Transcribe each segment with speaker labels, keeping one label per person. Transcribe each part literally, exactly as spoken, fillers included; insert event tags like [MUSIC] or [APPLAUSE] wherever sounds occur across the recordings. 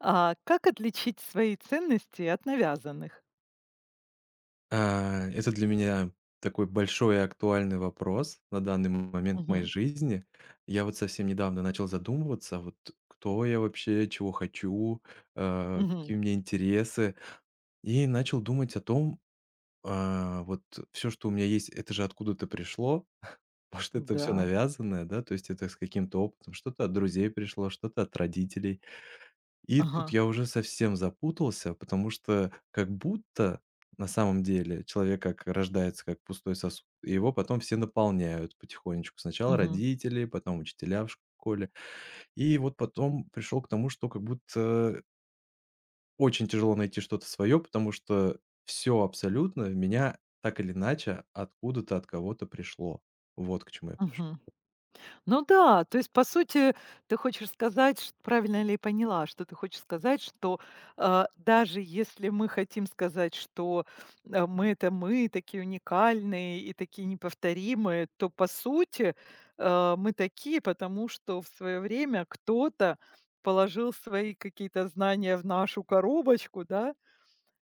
Speaker 1: А как отличить свои ценности от навязанных?
Speaker 2: А, это для меня такой большой и актуальный вопрос на данный момент моей
Speaker 1: Мгм.
Speaker 2: жизни. Я вот совсем недавно начал задумываться, вот кто я вообще, чего хочу, э,
Speaker 1: Мгм.
Speaker 2: какие у меня интересы. И начал думать о том, а, вот все, что у меня есть, это же откуда-то пришло. [LAUGHS] Может, это все
Speaker 1: Да.
Speaker 2: навязанное, да, то есть это с каким-то опытом. Что-то от друзей пришло, что-то от родителей. И тут
Speaker 1: Ага.
Speaker 2: я уже совсем запутался, потому что как будто на самом деле человек как рождается как пустой сосуд, и его потом все наполняют потихонечку. Сначала
Speaker 1: Мгм.
Speaker 2: родители, потом учителя в школе. И вот потом пришел к тому, что как будто очень тяжело найти что-то свое, потому что все абсолютно в меня так или иначе откуда-то от кого-то пришло. Вот к чему я пришел.
Speaker 1: Мгм. Ну да, то есть, по сути, ты хочешь сказать, ш правильно ли я поняла, что ты хочешь сказать, что, а, даже если мы хотим сказать, что, э, мы- это мы, такие уникальные и такие неповторимые, то, по сути, э, мы такие, потому что в свое время кто-то положил свои какие-то знания в нашу коробочку, да?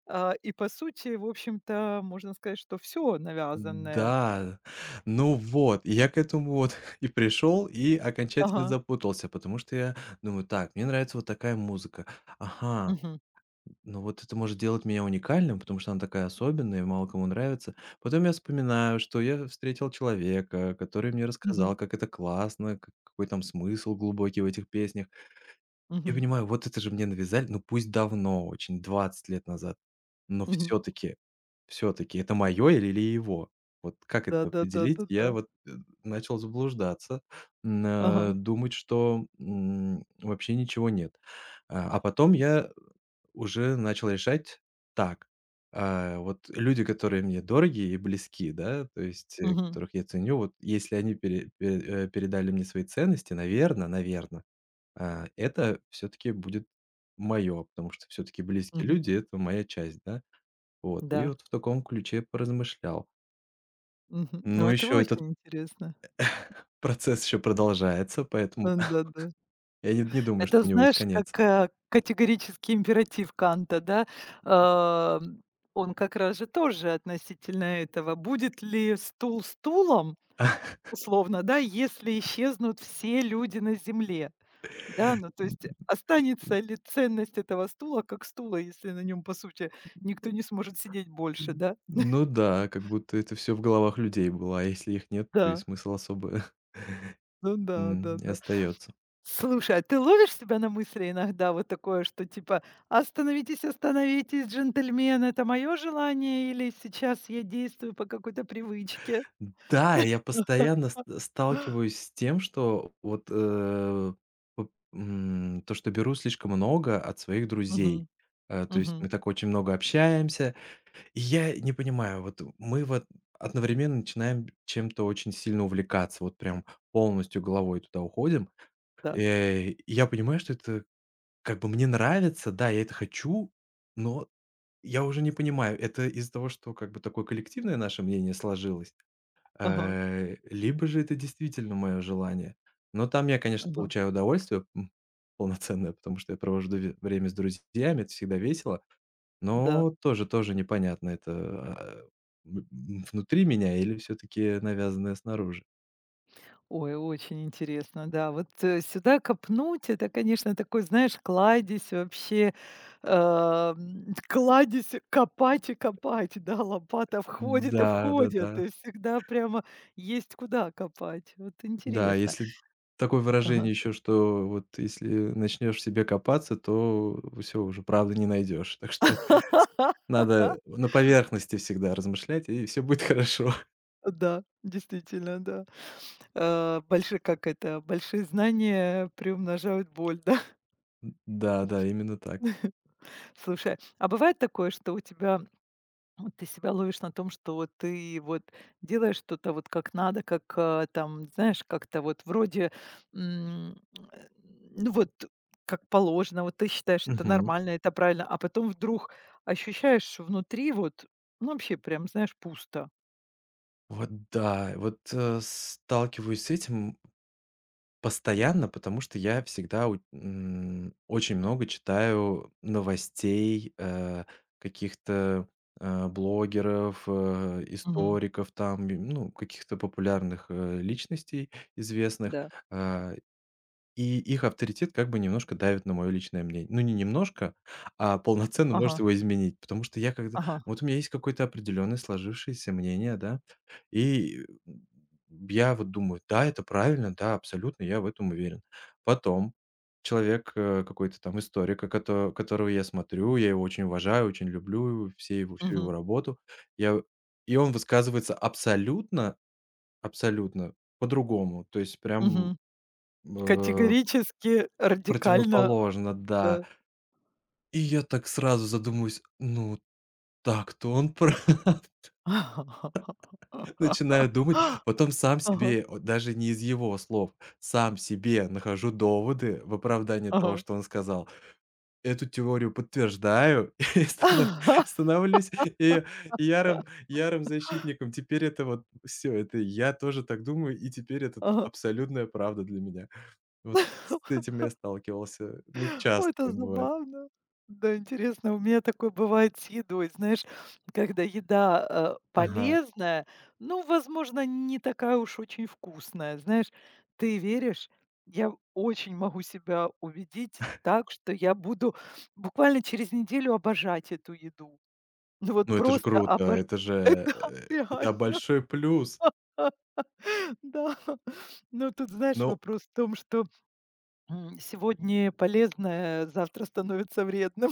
Speaker 1: А, и по сути, в общем-то, можно сказать, что все навязанное.
Speaker 2: Да, ну вот, и я к этому вот [LAUGHS] и пришел, и окончательно
Speaker 1: Ага.
Speaker 2: запутался, потому что я думаю: «Так, мне нравится вот такая музыка. Ага,
Speaker 1: Мгм.
Speaker 2: ну вот это может делать меня уникальным, потому что она такая особенная и мало кому нравится». Потом я вспоминаю, что я встретил человека, который мне рассказал,
Speaker 1: Мгм.
Speaker 2: как это классно, к какой там смысл глубокий в этих песнях. Я
Speaker 1: Мгм.
Speaker 2: понимаю, вот это же мне навязали, ну, пусть давно очень, двадцать лет назад, но
Speaker 1: Мгм.
Speaker 2: все таки все таки это мое или или его? Вот как это определить?
Speaker 1: Да-да-да-да-да.
Speaker 2: Я вот, э, начал заблуждаться, м,
Speaker 1: Ага.
Speaker 2: э, думать, что, м, вообще ничего нет. А, а потом я уже начал решать так: а, вот люди, которые мне дороги и близки, да, то есть, э,
Speaker 1: Мгм.
Speaker 2: которых я ценю, вот если они пере пе э, передали мне свои ценности, наверно наверно а, это все таки будет мое, потому что все таки близкие
Speaker 1: Мгм.
Speaker 2: люди — это моя часть, да. Вот, и
Speaker 1: Да.
Speaker 2: вот в таком ключе поразмышлял.
Speaker 1: Мгм. А
Speaker 2: Но
Speaker 1: вот это
Speaker 2: еще этот
Speaker 1: очень интересно.
Speaker 2: процесс еще продолжается, поэтому
Speaker 1: Э,
Speaker 2: [LAUGHS]
Speaker 1: да-да.
Speaker 2: я не не думаю, что
Speaker 1: Это,
Speaker 2: у него есть
Speaker 1: знаешь,
Speaker 2: конец.
Speaker 1: как, э, категорический императив Канта, да? Ам, он как раз же тоже относительно этого. Будет ли стул стулом,
Speaker 2: [LAUGHS]
Speaker 1: условно, да, если исчезнут все люди на Земле? Да, ну, то есть
Speaker 2: Н
Speaker 1: останется ли ценность этого стула как стула, если на нем, по сути, никто не сможет сидеть больше, да?
Speaker 2: ну да, как будто это все в головах людей было, а если их нет, то и
Speaker 1: Да,
Speaker 2: смысл особо, [LAUGHS]
Speaker 1: ну да,
Speaker 2: м, не
Speaker 1: да-да.
Speaker 2: остается.
Speaker 1: Слушай, а ты ловишь себя на мысли иногда вот такое, что типа: "Остановитесь, остановитесь, джентльмен, это мое желание или сейчас я действую по какой-то привычке?"
Speaker 2: Да, я постоянно ст э, сталкиваюсь с тем, что вот, э, п м, то, что беру слишком много от своих друзей.
Speaker 1: Мгм,
Speaker 2: Э, то есть мы
Speaker 1: мгм,
Speaker 2: так очень много общаемся, и я не понимаю, вот мы вот одновременно начинаем чем-то очень сильно увлекаться, вот прям полностью головой туда уходим.
Speaker 1: да,
Speaker 2: Э, и я понимаю, что это как бы мне нравится, да, я это хочу, но я уже не понимаю, это из-за того, что как бы такое коллективное наше мнение сложилось.
Speaker 1: ага,
Speaker 2: Э, либо же это действительно мое желание. Но там я, конечно,
Speaker 1: ага,
Speaker 2: получаю удовольствие, м, полноценное, потому что я провожу ве время с друзьями, это всегда весело,
Speaker 1: да.
Speaker 2: но тоже тоже непонятно, это, э, в м, внутри меня или все таки навязанное снаружи.
Speaker 1: Ой, очень интересно, да. Вот, э, сюда копнуть — это, конечно, такой, знаешь, кладезь вообще, эм, кладезь копать и копать, да, лопата входит и
Speaker 2: Да, да-да.
Speaker 1: входит,
Speaker 2: Да,
Speaker 1: и всегда прямо есть куда копать. Вот
Speaker 2: да,
Speaker 1: интересно.
Speaker 2: если такое
Speaker 1: Ага.
Speaker 2: выражение еще, что вот если начнешь в себе копаться, то все уже правды не найдешь. Так что [LAUGHS] с надо
Speaker 1: [LAUGHS]
Speaker 2: на поверхности всегда размышлять, и все будет [LAUGHS] хорошо.
Speaker 1: Да, действительно, да. Э, больши как это, большие знания приумножают боль, да.
Speaker 2: М, да-да, именно так.
Speaker 1: [LAUGHS] Слушай, а бывает такое, что у тебя Вот ты себя ловишь на том, что вот ты вот делаешь что-то вот как надо, как, а, там, знаешь, как-то вот вроде, м, э, ну вот как положено, вот ты считаешь это
Speaker 2: Мгм.
Speaker 1: нормально, это правильно, а потом вдруг ощущаешь внутри вот, ну вообще прям, знаешь, пусто.
Speaker 2: Вот да, вот, э, сталкиваюсь с этим постоянно, потому что я всегда у м, очень много читаю новостей, э, каких-то, э, блогеров, э,
Speaker 1: Мгм.
Speaker 2: историков там, и, ну, каких-то популярных, э, личностей известных.
Speaker 1: Да.
Speaker 2: Э И их авторитет как бы немножко давит на моё личное мнение. Ну, не немножко, а полноценно может
Speaker 1: Ага,
Speaker 2: его изменить. Потому что я когда
Speaker 1: ага.
Speaker 2: вот у меня есть какое-то определённое сложившееся мнение, да, и м, я вот думаю: «Да, это правильно, да, абсолютно, я в этом уверен». Потом человек, э, какой-то там историк, а, кото которого я смотрю, я его очень уважаю, очень люблю, все его всю его
Speaker 1: Мгм,
Speaker 2: работу. Я И он высказывается абсолютно абсолютно по-другому. То есть прям,
Speaker 1: мгм.
Speaker 2: э
Speaker 1: Категорически, радикально,
Speaker 2: противоположно, да.
Speaker 1: да.
Speaker 2: И я так сразу задумываюсь: «Ну, так-то он прав». [LAUGHS]
Speaker 1: [LAUGHS] Ага,
Speaker 2: Начинаю думать, потом сам
Speaker 1: ага.
Speaker 2: себе, вот даже не из его слов, сам себе нахожу доводы в оправдание того,
Speaker 1: Ага.
Speaker 2: что он сказал. Эту теорию подтверждаю [LAUGHS] и станов
Speaker 1: [LAUGHS]
Speaker 2: становлюсь и ярым ярым защитником. Теперь это вот все, это я тоже так думаю, и теперь это
Speaker 1: Ага.
Speaker 2: абсолютная правда для меня. Вот с этим я сталкивался, ну, часто
Speaker 1: Ой, это
Speaker 2: бывает.
Speaker 1: забавно. Да, интересно, у меня такое бывает с едой. Знаешь, когда еда, э,
Speaker 2: Ага.
Speaker 1: полезная, ну, возможно, не такая уж очень вкусная. Знаешь, ты веришь, я очень могу себя убедить так, что я буду буквально через неделю обожать эту еду. Ну, вот
Speaker 2: Ну, это же
Speaker 1: просто
Speaker 2: круто,
Speaker 1: обож,
Speaker 2: это
Speaker 1: [LAUGHS]
Speaker 2: же,
Speaker 1: да,
Speaker 2: э, это
Speaker 1: реально,
Speaker 2: большой плюс.
Speaker 1: [LAUGHS] да. Но тут, знаешь,
Speaker 2: Ну
Speaker 1: вопрос в том, что, м, сегодня полезное завтра становится вредным.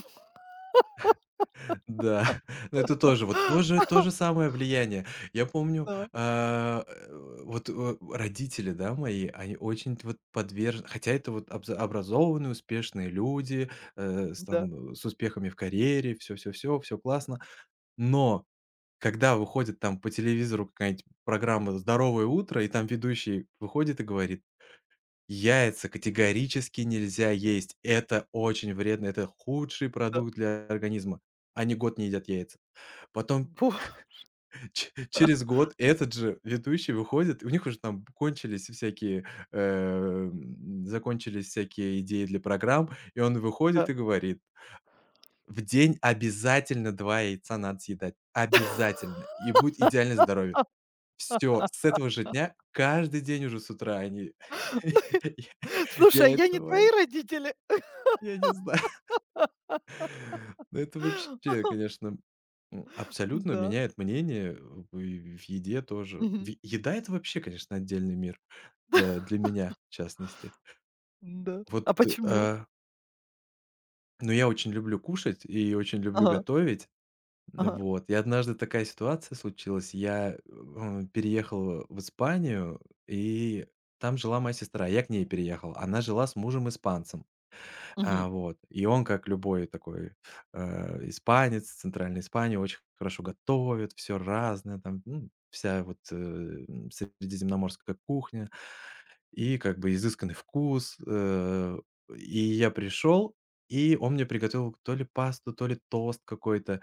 Speaker 2: да, [LAUGHS] но это тоже вот тоже то же самое влияние. Я
Speaker 1: [LAUGHS]
Speaker 2: помню,
Speaker 1: Да.
Speaker 2: а, э, вот, э, родители, да, мои, они очень т вот подвержены. Хотя это вот обза образованные, успешные люди, э, с
Speaker 1: Да,
Speaker 2: там, э, с успехами в карьере, все, все, все, все классно. Но когда выходит там по телевизору какая-нибудь программа «Здоровое утро», и там ведущий выходит и говорит: «Яйца категорически нельзя есть. Это очень вредно, это худший
Speaker 1: да,
Speaker 2: продукт для организма». Они год не едят яйца. Потом
Speaker 1: бо [LAUGHS]
Speaker 2: ч через год этот же ведущий выходит, и у них уже там кончились всякие, эм, закончились всякие идеи для программ, и он выходит
Speaker 1: да.
Speaker 2: и говорит: «В день обязательно два яйца надо съедать. Обязательно. И будет идеальное здоровье».
Speaker 1: А,
Speaker 2: Все с этого же дня каждый день уже с утра они [LAUGHS] я
Speaker 1: Слушай, а я
Speaker 2: яйца
Speaker 1: не
Speaker 2: варят.
Speaker 1: твои родители? [GASPS]
Speaker 2: Я не знаю. Ну, это вообще,
Speaker 1: [LAUGHS]
Speaker 2: конечно, м, абсолютно
Speaker 1: Да,
Speaker 2: меняет мнение в в еде тоже. В
Speaker 1: мгм,
Speaker 2: Еда — это вообще, конечно, отдельный мир, да, для меня, в частности.
Speaker 1: да.
Speaker 2: Вот,
Speaker 1: А почему?
Speaker 2: э, но я очень люблю кушать и очень люблю
Speaker 1: Ага,
Speaker 2: готовить.
Speaker 1: ага,
Speaker 2: Вот, и однажды такая ситуация случилась. Я, э, переехал в Испанию, и там жила моя сестра. Я к ней переехал. Она жила с мужем-испанцем.
Speaker 1: мгм,
Speaker 2: А, вот. И он, как любой такой, э, испанец центральной Испании, очень хорошо готовит, все разное там, ну, вся вот, э, м, средиземноморская кухня и как бы изысканный вкус. Э, и я пришел, и он мне приготовил то ли пасту, то ли тост какой-то,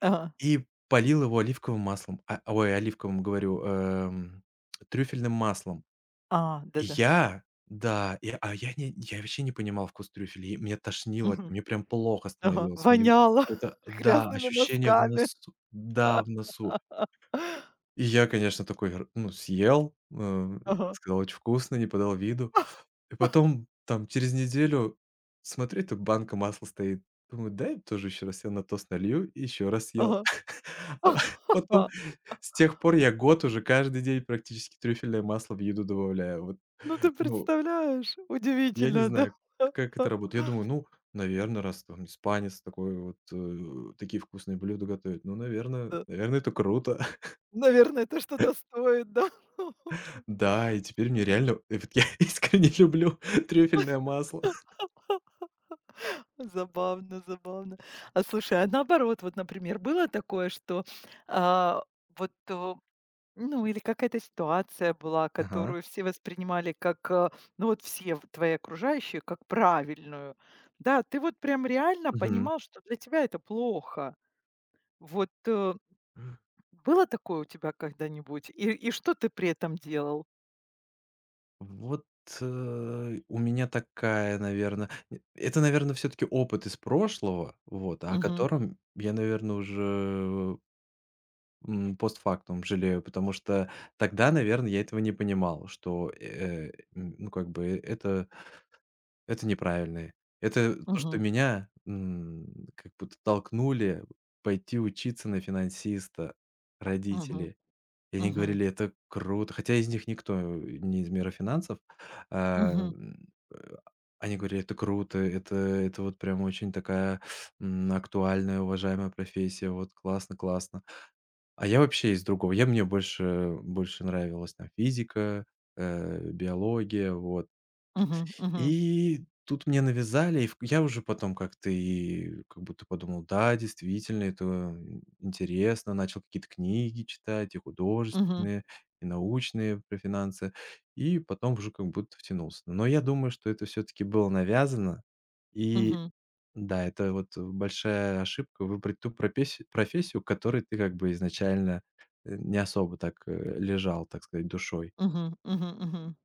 Speaker 1: ага,
Speaker 2: и полил его оливковым маслом. А, ой, оливковым говорю, эм, трюфельным маслом.
Speaker 1: а, да-да,
Speaker 2: Я? Да, и, а я не я вообще не понимал вкус трюфеля, и меня тошнило от него,
Speaker 1: мгм,
Speaker 2: мне прям плохо
Speaker 1: ага.
Speaker 2: становилось. Мне вот
Speaker 1: Воняло
Speaker 2: это да,
Speaker 1: [LAUGHS] грязными
Speaker 2: ощущение в
Speaker 1: носками.
Speaker 2: носу. Да, в
Speaker 1: [LAUGHS]
Speaker 2: носу. И я, конечно, такой р ну, съел, э,
Speaker 1: Ага,
Speaker 2: сказал: «Очень вкусно», не подал виду. И потом, там, через неделю смотрю, тут банка масла стоит. Думаю: «Дай тоже еще раз я на тост налью», и еще раз съел.
Speaker 1: ага,
Speaker 2: [LAUGHS] А потом,
Speaker 1: ага.
Speaker 2: с тех пор я год уже каждый день практически трюфельное масло в еду добавляю. Вот,
Speaker 1: Ну, ты
Speaker 2: ну
Speaker 1: представляешь?
Speaker 2: я не
Speaker 1: Удивительно, да.
Speaker 2: знаю, к как это
Speaker 1: [LAUGHS]
Speaker 2: работает. Я думаю, ну, наверное, раз там испанец такой вот, э, такие вкусные блюда готовит, ну, наверное, наверное, это круто. [LAUGHS]
Speaker 1: Наверное, это что-то стоит, да? [LAUGHS]
Speaker 2: Да, и теперь мне
Speaker 1: Слушай.
Speaker 2: реально и вот я [LAUGHS] искренне люблю [LAUGHS] трюфельное масло.
Speaker 1: Забавно, забавно. А слушай, а наоборот, вот, например, было такое, что, а, вот, э, ну, или какая-то ситуация была,
Speaker 2: Ага.
Speaker 1: которую все воспринимали как, э, ну, вот все в твои окружающие, как правильную. Да, ты вот прям реально
Speaker 2: Мгм.
Speaker 1: понимал, что для тебя это плохо. Вот, э, было такое у тебя когда-нибудь? И и что ты при этом делал?
Speaker 2: Вот, э, у меня такая, наверное, это, наверное, все таки опыт из прошлого, вот, о
Speaker 1: Мгм,
Speaker 2: котором я, наверное, уже М, постфактум жалею, потому что тогда, наверное, я этого не понимал, что, э, м, ну, как бы это это неправильно. Это то, что
Speaker 1: мгм,
Speaker 2: меня, м, как будто толкнули пойти учиться на финансиста
Speaker 1: мгм,
Speaker 2: родители. И они
Speaker 1: мгм,
Speaker 2: говорили: «Это круто». Хотя из них никто э, не из мира финансов. А,
Speaker 1: мгм,
Speaker 2: м, э, они говорили: «Это круто, это это вот прям очень такая, м, актуальная, уважаемая профессия. Вот классно, классно». А я вообще из другого. Я Мне больше больше нравилась там физика, э, биология, вот.
Speaker 1: мгм, мгм,
Speaker 2: И тут мне навязали, и в я уже потом как-то и как будто подумал: да, действительно, это, м, интересно. Начал какие-то книги читать, и
Speaker 1: мгм,
Speaker 2: художественные, и научные про финансы, и потом уже как будто втянулся. Но я думаю, что это все таки было навязано, и
Speaker 1: мгм,
Speaker 2: да, это вот большая ошибка — выбрать ту пропеси профессию, к которой ты как бы изначально, э, не особо так, э, лежал, так сказать, душой.
Speaker 1: мгм, мгм, мгм.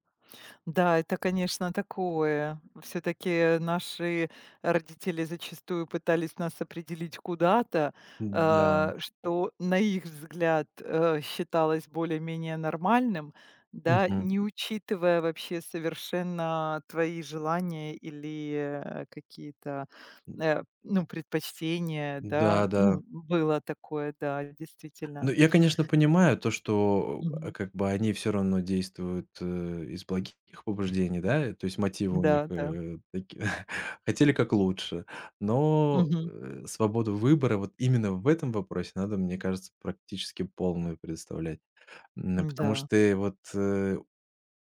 Speaker 1: Да, это, конечно, такое. Все-таки наши родители зачастую пытались нас определить куда-то,
Speaker 2: Да.
Speaker 1: э, что, на их взгляд, э, считалось более-менее нормальным, да,
Speaker 2: Мгм.
Speaker 1: не учитывая вообще совершенно твои желания или э, какие-то, э, ну, предпочтения, да.
Speaker 2: Да, да.
Speaker 1: Ну, было такое, да,
Speaker 2: Ну,
Speaker 1: действительно.
Speaker 2: я, конечно, понимаю то, что, э,
Speaker 1: Мгм.
Speaker 2: как бы они все равно действуют, э, из благих побуждений, да, э, то есть мотивы у них,
Speaker 1: Да, да.
Speaker 2: э, таки [LAUGHS] хотели как лучше. Но,
Speaker 1: Мгм.
Speaker 2: э, свободу выбора вот именно в этом вопросе надо, мне кажется, практически полную предоставлять. М, потому
Speaker 1: Да.
Speaker 2: что вот, э,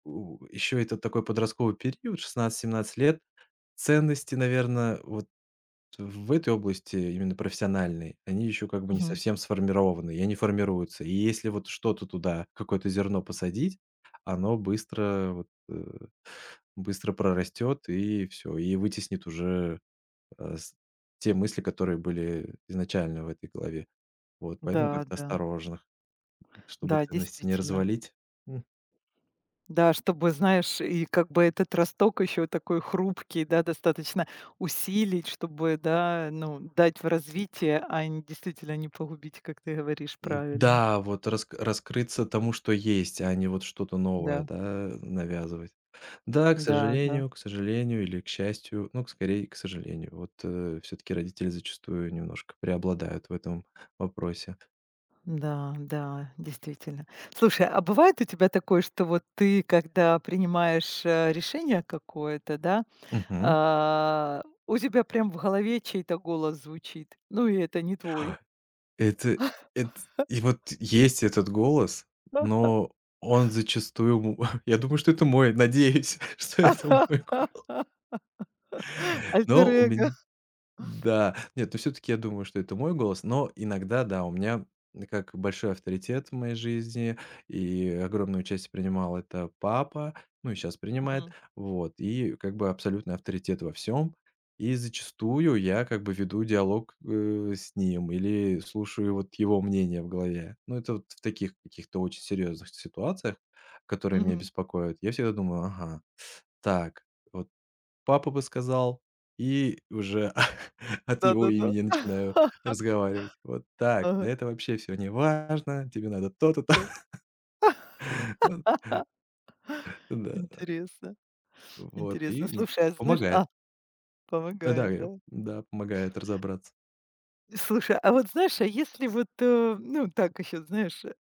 Speaker 2: у еще это такой подростковый период, шестнадцать-семнадцать лет. Ценности, наверное, вот в этой области, именно профессиональной, они еще как бы не
Speaker 1: Мгм.
Speaker 2: совсем сформированы, и они формируются. И если вот что-то туда, какое-то зерно посадить, оно быстро вот, э, быстро прорастет и все, и вытеснит уже, э, с те мысли, которые были изначально в этой голове. Вот, поэтому
Speaker 1: Да,
Speaker 2: как-то
Speaker 1: да.
Speaker 2: осторожно, чтобы
Speaker 1: Да,
Speaker 2: ценности не
Speaker 1: действительно.
Speaker 2: развалить.
Speaker 1: Да, чтобы, знаешь, и как бы этот росток еще такой хрупкий, да, достаточно усилить, чтобы, да, ну, дать в развитие, а не действительно не погубить, как ты говоришь
Speaker 2: М,
Speaker 1: правильно.
Speaker 2: да, вот раск раскрыться тому, что есть, а не вот что-то новое,
Speaker 1: Да,
Speaker 2: да, навязывать. Да, к
Speaker 1: да, да,
Speaker 2: сожалению, к сожалению или к счастью, ну, к скорее, к сожалению, вот, все таки родители зачастую немножко преобладают в этом вопросе.
Speaker 1: да, да, действительно. Слушай, а бывает у тебя такое, что вот ты, когда принимаешь э, решение какое-то, да,
Speaker 2: Мгм.
Speaker 1: а, у тебя прям в голове чей-то голос звучит, ну и это не твой,
Speaker 2: Это эт И вот есть этот голос,
Speaker 1: [LAUGHS]
Speaker 2: но он зачастую му [LAUGHS] я думаю, что это мой, надеюсь, [LAUGHS] что это мой голос.
Speaker 1: альтер
Speaker 2: Но у
Speaker 1: эго.
Speaker 2: меня Да, нет, ну все-таки я думаю, что это мой голос, но иногда, да, у меня как большой авторитет в моей жизни, и огромную часть принимал это папа, ну и сейчас принимает,
Speaker 1: Мгм.
Speaker 2: вот, и как бы абсолютный авторитет во всем, и зачастую я как бы веду диалог э, с ним или слушаю вот его мнение в голове. Ну это вот в таких каких-то очень серьезных ситуациях, которые меня
Speaker 1: Мгм.
Speaker 2: беспокоят, я всегда думаю, ага, так, вот Папа бы сказал, и уже [LAUGHS] от его
Speaker 1: Да-да-да.
Speaker 2: имени начинаю разговаривать. Вот так. Да
Speaker 1: Ага,
Speaker 2: это вообще все не важно, тебе надо то-то, то.
Speaker 1: да.
Speaker 2: [LAUGHS] Вот, да,
Speaker 1: Интересно,
Speaker 2: вот
Speaker 1: интересно.
Speaker 2: и, м,
Speaker 1: Слушай, а знаешь,
Speaker 2: помогает.
Speaker 1: а,
Speaker 2: Да-да,
Speaker 1: помогает,
Speaker 2: я
Speaker 1: да?
Speaker 2: да, помогает разобраться.
Speaker 1: Слушай, а вот знаешь, а если вот, э, ну, так еще, знаешь, э,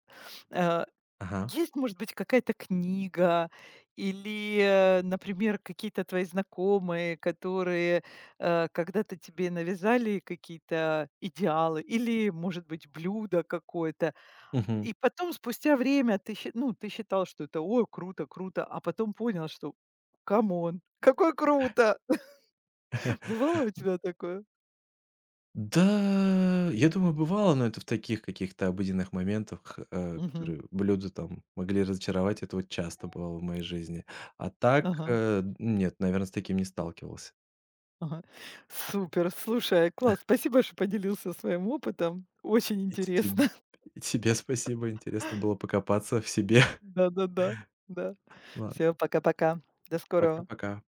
Speaker 1: а,
Speaker 2: Ага.
Speaker 1: есть, может быть, какая-то книга или, э, например, какие-то твои знакомые, которые, э, когда-то тебе навязали какие-то идеалы или, может быть, блюдо какое-то.
Speaker 2: Мгм.
Speaker 1: И потом, спустя время, ты, щи- ну, ты считал, что это, ой, круто, круто, а потом понял, что камон, какое круто! [LAUGHS]
Speaker 2: [LAUGHS]
Speaker 1: Бывало у тебя такое?
Speaker 2: Да, я думаю, бывало, но это в таких каких-то обыденных моментах, э,
Speaker 1: Мгм.
Speaker 2: которые блюда там могли разочаровать. Это вот часто бывало в моей жизни. А так,
Speaker 1: Ага,
Speaker 2: э, нет, наверное, с таким не сталкивался.
Speaker 1: ага. Супер, слушай, класс, спасибо, что поделился своим опытом. Очень
Speaker 2: И теб
Speaker 1: интересно. [LAUGHS]
Speaker 2: и тебе спасибо. Интересно было покопаться в себе.
Speaker 1: Да-да-да, да.
Speaker 2: [LAUGHS] Ладно,
Speaker 1: Все, пока-пока. До скорого.
Speaker 2: пока-пока.